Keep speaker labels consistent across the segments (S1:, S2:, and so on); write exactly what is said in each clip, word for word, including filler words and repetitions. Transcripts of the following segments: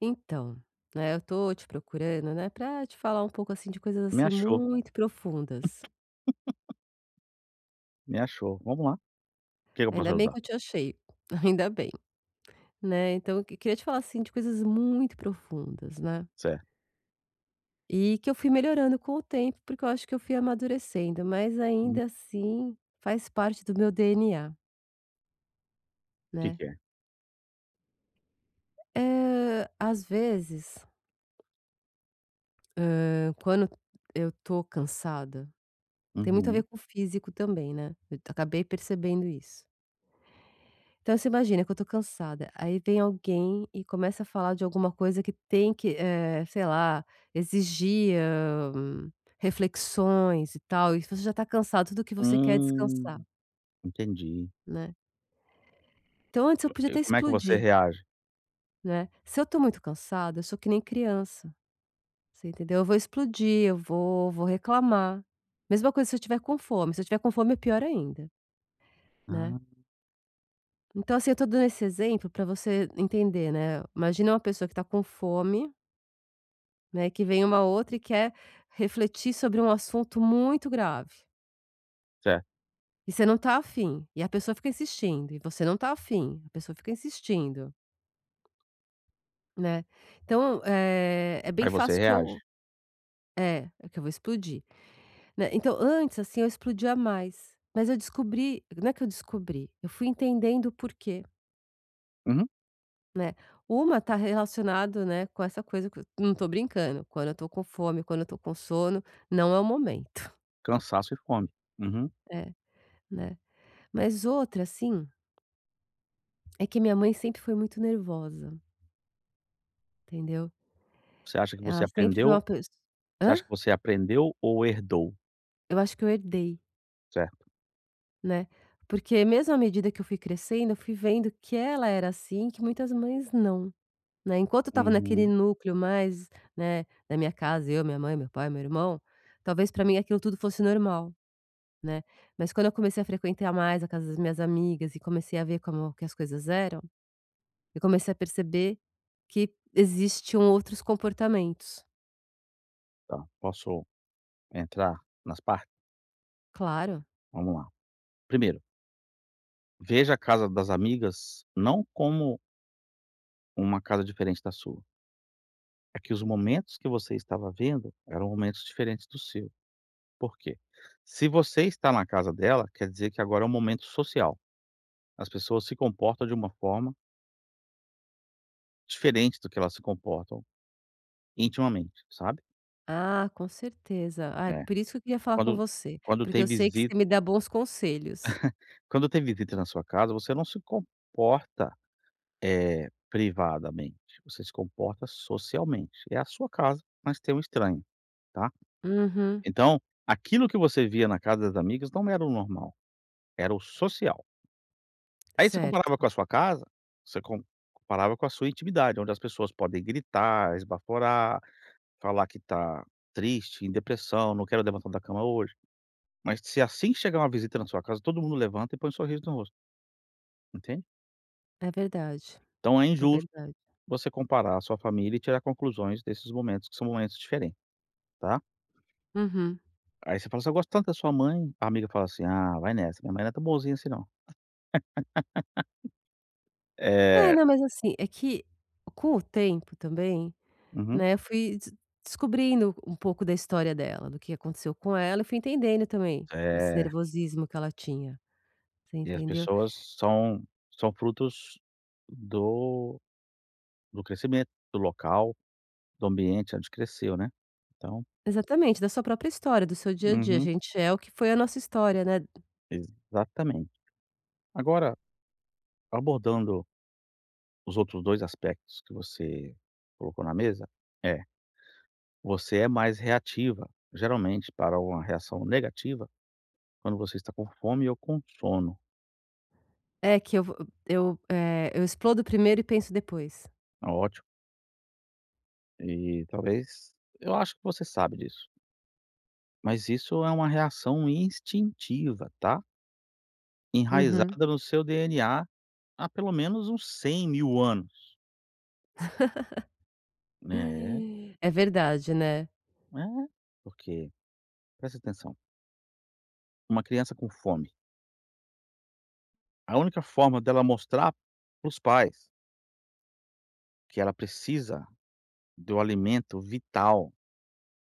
S1: Então, né, eu tô te procurando, né, pra te falar um pouco, assim, de coisas,
S2: Me
S1: assim,
S2: achou,
S1: muito profundas.
S2: me achou. Vamos lá, o que que eu posso
S1: Ainda bem
S2: ajudar?
S1: que eu te achei, ainda bem, né. Então eu que queria te falar, assim, de coisas muito profundas, né,
S2: Certo.
S1: e que eu fui melhorando com o tempo, porque eu acho que eu fui amadurecendo, mas
S2: Hum. O
S1: ainda assim faz parte do meu D N A,
S2: que
S1: né.
S2: que é?
S1: Eh, às vezes, hã, quando eu tô cansada tem muito a ver
S2: Uhum.
S1: com o físico também, né, eu acabei percebendo isso. Então você imagina que eu tô cansada, aí vem alguém e começa a falar de alguma coisa que tem que, eh, sei lá, exigir, hã, reflexões e tal, e você já tá cansado, tudo que você quer é descansar,
S2: Hum, Entendi.
S1: né. Então antes eu podia
S2: E
S1: até
S2: como é que você
S1: explodir,
S2: reage?
S1: né. Se eu tô muito cansada, eu sou que nem criança, você entendeu? Eu vou explodir, eu vou vou reclamar. Mesma coisa se eu tiver com fome, se eu tiver com fome é pior ainda, né.
S2: Ah,
S1: Então assim, eu tô dando esse exemplo pra você entender, né. Imagina uma pessoa que tá com fome. Né, que vem uma outra e quer refletir sobre um assunto muito grave.
S2: certo.
S1: E você não tá afim, e a pessoa fica insistindo, e você não tá afim, a pessoa fica insistindo, né. Então, eh, é bem
S2: Aí você
S1: fácil que
S2: reage.
S1: eu é, é que eu vou explodir, né. Então antes, assim, eu explodia mais, mas eu descobri não é que eu descobri, eu fui entendendo o porquê,
S2: Uhum.
S1: né. Uma tá relacionado, né, com essa coisa que eu não tô brincando, quando eu tô com fome, quando eu tô com sono, não é o momento.
S2: Cansaço e fome. Uhum.
S1: É, né. Mas outra, assim. É que minha mãe sempre foi muito nervosa, entendeu.
S2: Você acha que você
S1: Ela sempre foi uma
S2: aprendeu
S1: pessoa.
S2: Você
S1: Hã?
S2: acha que você aprendeu ou herdou?
S1: Eu acho que eu herdei,
S2: Certo.
S1: né. Porque mesmo à medida que eu fui crescendo, eu fui vendo que ela era assim, que muitas mães não, né. Enquanto eu estava naquele
S2: Uhum.
S1: núcleo mais, né, da minha casa, eu, minha mãe, meu pai, meu irmão, talvez pra mim aquilo tudo fosse normal, né. Mas quando eu comecei a frequentar mais a casa das minhas amigas e comecei a ver como que as coisas eram, eu comecei a perceber que existiam outros comportamentos.
S2: Tá, posso entrar nas partes?
S1: Claro.
S2: Vamos lá. Primeiro, veja a casa das amigas não como uma casa diferente da sua. É que os momentos que você estava vendo eram momentos diferentes do seu. Por quê? Se você está na casa dela, quer dizer que agora é um momento social. As pessoas se comportam de uma forma diferente do que elas se comportam intimamente, sabe?
S1: Ah, com certeza. Ah, é
S2: É.
S1: por isso que eu queria falar com
S2: Quando
S1: você,
S2: quando
S1: porque
S2: tem
S1: eu sei que
S2: visita
S1: você me dá bons conselhos.
S2: quando tem visita na sua casa, você não se comporta, eh, privadamente, você se comporta socialmente. É a sua casa, mas tem um estranho, tá?
S1: Uhum,
S2: Então, aquilo que você via na casa das amigas não era o normal, era o social. Aí você comparava
S1: certo.
S2: com a sua casa, você com comparava com a sua intimidade, onde as pessoas podem gritar, esbaforar, falar que tá triste, em depressão, não quero levantar da cama hoje. Mas se assim que chegar uma visita na sua casa, todo mundo levanta e põe um sorriso no rosto, entende?
S1: É verdade,
S2: Então é
S1: é
S2: injusto
S1: verdade.
S2: você comparar a sua família e tirar conclusões desses momentos, que são momentos diferentes, tá?
S1: Uhum.
S2: Aí você fala assim: "Eu gosto tanto da sua mãe", a amiga fala assim: "Ah, vai nessa, minha mãe não é tão bonzinha assim não".
S1: É,
S2: É.
S1: não, mas assim, é que com o tempo também,
S2: Uhum.
S1: né, eu fui des descobrindo um pouco da história dela, do que aconteceu com ela, eu fui entendendo também esse
S2: É.
S1: nervosismo que ela tinha, você
S2: E as
S1: entendeu?
S2: pessoas são são frutos do Do crescimento, do local, do ambiente onde cresceu, né. Então,
S1: Exatamente, da sua própria história, do seu dia a dia, a
S2: uhum,
S1: gente é o que foi a nossa história, né.
S2: exatamente. Agora, abordando os outros dois aspectos que você colocou na mesa, é, você é mais reativa, geralmente para uma reação negativa, quando você está com fome ou com sono.
S1: É que eu vou eu, eh, eu explodo primeiro e penso depois.
S2: É ótimo. E talvez eu acho que você sabe disso, mas isso é uma reação instintiva, tá,
S1: Uhum.
S2: enraizada no seu D N A há pelo menos uns cem mil anos, né?
S1: É verdade, né.
S2: É, porque presta atenção, uma criança com fome, a única forma dela mostrar para os pais que ela precisa do alimento vital,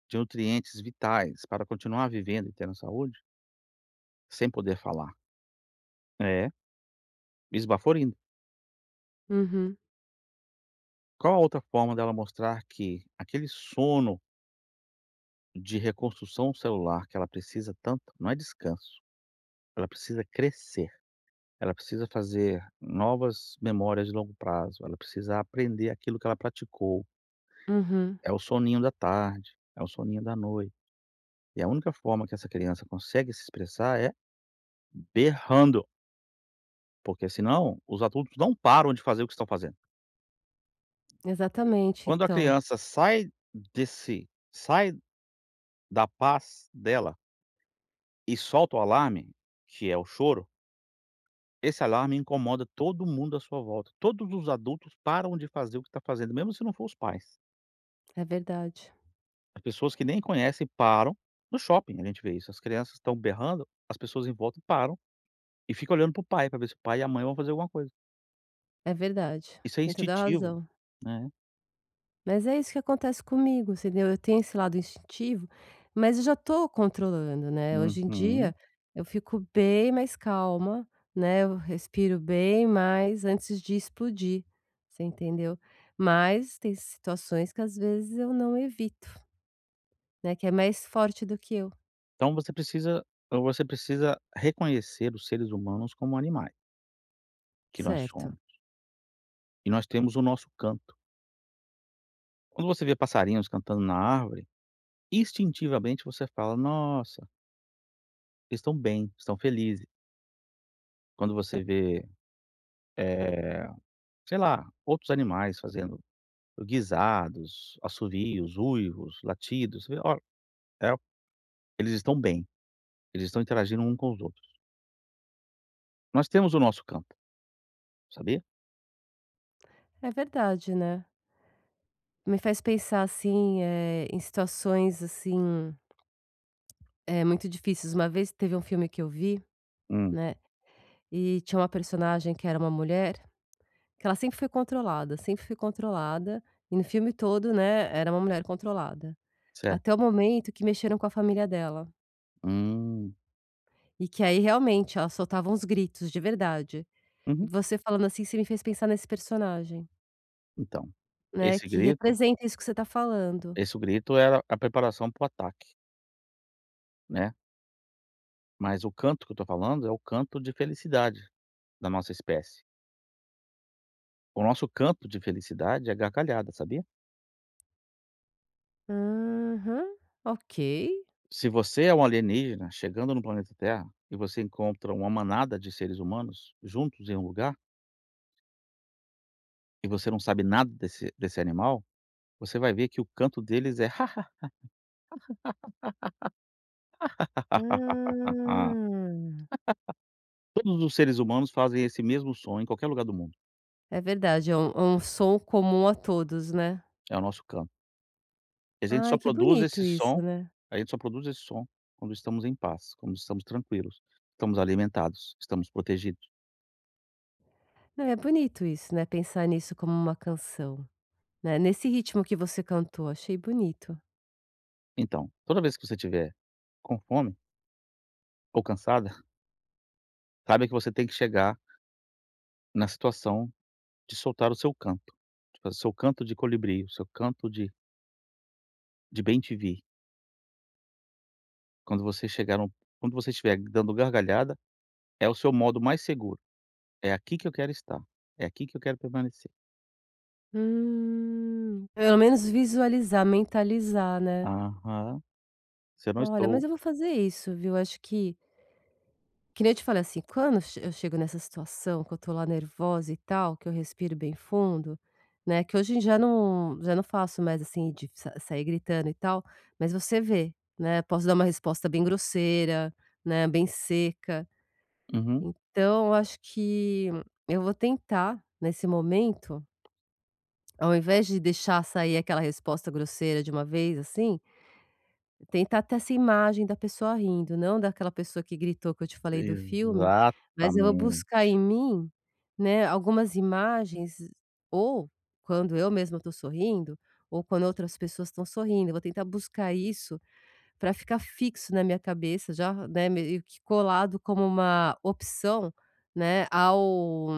S2: de nutrientes vitais para continuar vivendo e tendo saúde, sem poder falar, é esbaforindo.
S1: Uhum,
S2: Qual a outra forma dela mostrar que aquele sono de reconstrução celular que ela precisa tanto, não é descanso, ela precisa crescer, ela precisa fazer novas memórias de longo prazo, ela precisa aprender aquilo que ela praticou.
S1: uhum.
S2: É o soninho da tarde, é o soninho da noite. E a única forma que essa criança consegue se expressar é berrando, porque senão os adultos não param de fazer o que estão fazendo.
S1: Exatamente,
S2: Quando a
S1: então.
S2: criança sai desse sai da paz dela e solta o alarme, que é o choro, esse alarme incomoda todo mundo à sua volta. Todos os adultos param de fazer o que está fazendo, mesmo se não for os pais.
S1: É verdade,
S2: As pessoas que nem conhecem param. No shopping a gente vê isso, as crianças estão berrando, as pessoas em volta param e fica olhando para o pai, para ver se o pai e a mãe vão fazer alguma coisa.
S1: é verdade.
S2: Isso é
S1: Tem toda a
S2: instintivo,
S1: razão.
S2: né.
S1: Mas é isso que acontece comigo, entendeu. Eu tenho esse lado instintivo, mas eu já tô controlando, né. Hoje em dia,
S2: Uhum.
S1: eu fico bem mais calma, né, eu respiro bem mais antes de explodir, você entendeu. Mas tem situações que às vezes eu não evito, né, que é mais forte do que eu.
S2: Então você precisa você precisa reconhecer os seres humanos como animais que nós
S1: Certo.
S2: somos, e nós temos o nosso canto. Quando você vê passarinhos cantando na árvore, instintivamente você fala: "Nossa, eles estão bem, estão felizes". Quando você vê, eh, sei lá, outros animais fazendo guisados, assovios, uivos, latidos, você vê: "Olha, é, eles estão bem, eles estão interagindo um com os outros". Nós temos o nosso canto, sabia?
S1: É verdade, né. Me faz pensar, assim, eh, em situações, assim, eh, muito difíceis. Uma vez teve um filme que eu vi,
S2: Hum,
S1: né, e tinha uma personagem que era uma mulher, que ela sempre foi controlada, sempre foi controlada, e no filme todo, né, era uma mulher controlada.
S2: certo.
S1: Até o momento que mexeram com a família dela,
S2: Hum,
S1: e que aí realmente ela soltava uns gritos, de verdade. E
S2: uhum.
S1: você falando assim, você me fez pensar nesse personagem,
S2: Então,
S1: né,
S2: esse
S1: que
S2: grito
S1: representa isso que você tá falando.
S2: esse grito era a preparação para o ataque, né. Mas o canto que eu estou falando é o canto de felicidade da nossa espécie. O nosso canto de felicidade é gargalhada, sabia?
S1: Aham, ok.
S2: Se você é um alienígena chegando no planeta Terra e você encontra uma manada de seres humanos juntos em um lugar, e você não sabe nada desse desse animal, você vai ver que o canto deles é:
S1: Ah,
S2: Todos os seres humanos fazem esse mesmo som em qualquer lugar do mundo,
S1: é verdade, é um é um som comum a todos, né.
S2: é o nosso canto. E a gente só
S1: Ai, que
S2: produz
S1: bonito
S2: esse
S1: isso,
S2: som
S1: né.
S2: a gente só produz esse som quando estamos em paz, quando estamos tranquilos, estamos alimentados, estamos protegidos.
S1: Não, é bonito isso, né, pensar nisso como uma canção, né, nesse ritmo que você cantou, achei bonito.
S2: Então, toda vez que você estiver com fome ou cansada, saiba que você tem que chegar na situação de soltar o seu canto, de fazer o seu canto de colibri, o seu canto de de bem te vi. Quando você chegar no Quando você estiver dando gargalhada, é o seu modo mais seguro, "É aqui que eu quero estar, é aqui que eu quero permanecer".
S1: Hum, pelo menos visualizar, mentalizar, né.
S2: Aham. Se eu não
S1: Olha, mas
S2: estou.
S1: eu vou fazer isso, viu, acho que. Que nem eu te falei, assim, quando eu che eu chego nessa situação que eu tô lá nervosa e tal, que eu respiro bem fundo, né, que hoje em dia não já não faço mais, assim, de sa sair gritando e tal, mas você vê, né, posso dar uma resposta bem grosseira, né, bem seca.
S2: Uhum.
S1: Então eu acho que eu vou tentar, nesse momento, ao invés de deixar sair aquela resposta grosseira de uma vez, assim, tentar ter essa imagem da pessoa rindo, não daquela pessoa que gritou que eu te falei do filme, mas eu vou buscar
S2: Exatamente.
S1: em mim, né, algumas imagens ou quando eu mesma estou sorrindo, ou quando outras pessoas estão sorrindo, eu vou tentar buscar isso para ficar fixo na minha cabeça já, né, meio que colado como uma opção, né, ao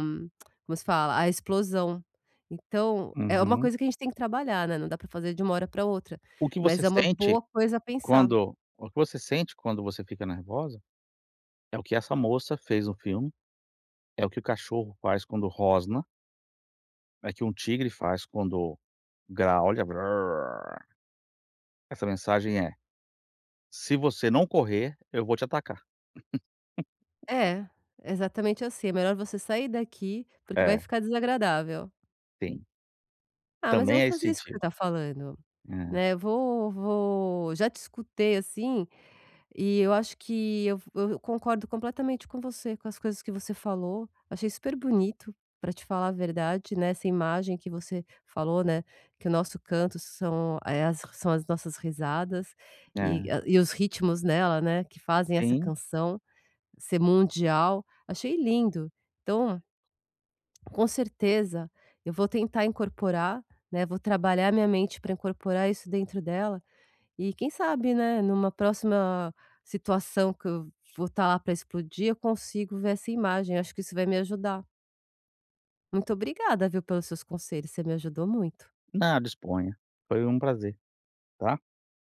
S1: como se fala? À explosão. Então, é uma
S2: Uhum.
S1: coisa que a gente tem que trabalhar, né, não dá para fazer de uma hora para outra,
S2: O que
S1: mas
S2: você
S1: é uma
S2: sente
S1: boa coisa a pensar.
S2: quando o que você sente quando você fica nervosa, é o que essa moça fez no filme, é o que o cachorro faz quando rosna, é o que um tigre faz quando graulha. Essa mensagem é: "Se você não correr, eu vou te atacar".
S1: É, exatamente assim, é melhor você sair daqui, porque vai
S2: É,
S1: ficar desagradável.
S2: sim,
S1: "Ah, mas eu
S2: também
S1: vou
S2: é
S1: fazer isso que você
S2: instintivo.
S1: está falando",
S2: É,
S1: né, eu vou vou já te escutei, assim, e eu acho que eu eu concordo completamente com você, com as coisas que você falou, achei super bonito, para te falar a verdade, né, essa imagem que você falou, né, que o nosso canto são, eh, as são as nossas risadas, e
S2: é,
S1: a e os ritmos nela, né, que fazem essa
S2: sim.
S1: canção. Ser mundial, achei lindo. Então, com certeza, eu vou tentar incorporar, né, vou trabalhar minha mente para incorporar isso dentro dela e quem sabe, né, numa próxima situação que eu vou estar lá para explodir, eu consigo ver essa imagem, acho que isso vai me ajudar. Muito obrigada, viu, pelos seus conselhos, você me ajudou muito.
S2: Não, disponha. Foi um prazer, tá?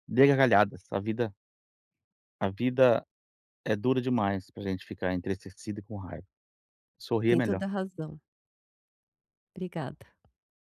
S2: Dê gargalhadas, a vida a vida é dura demais pra gente ficar entristecido e com raiva. Sorrir é
S1: Tem toda
S2: melhor.
S1: a razão. Obrigada.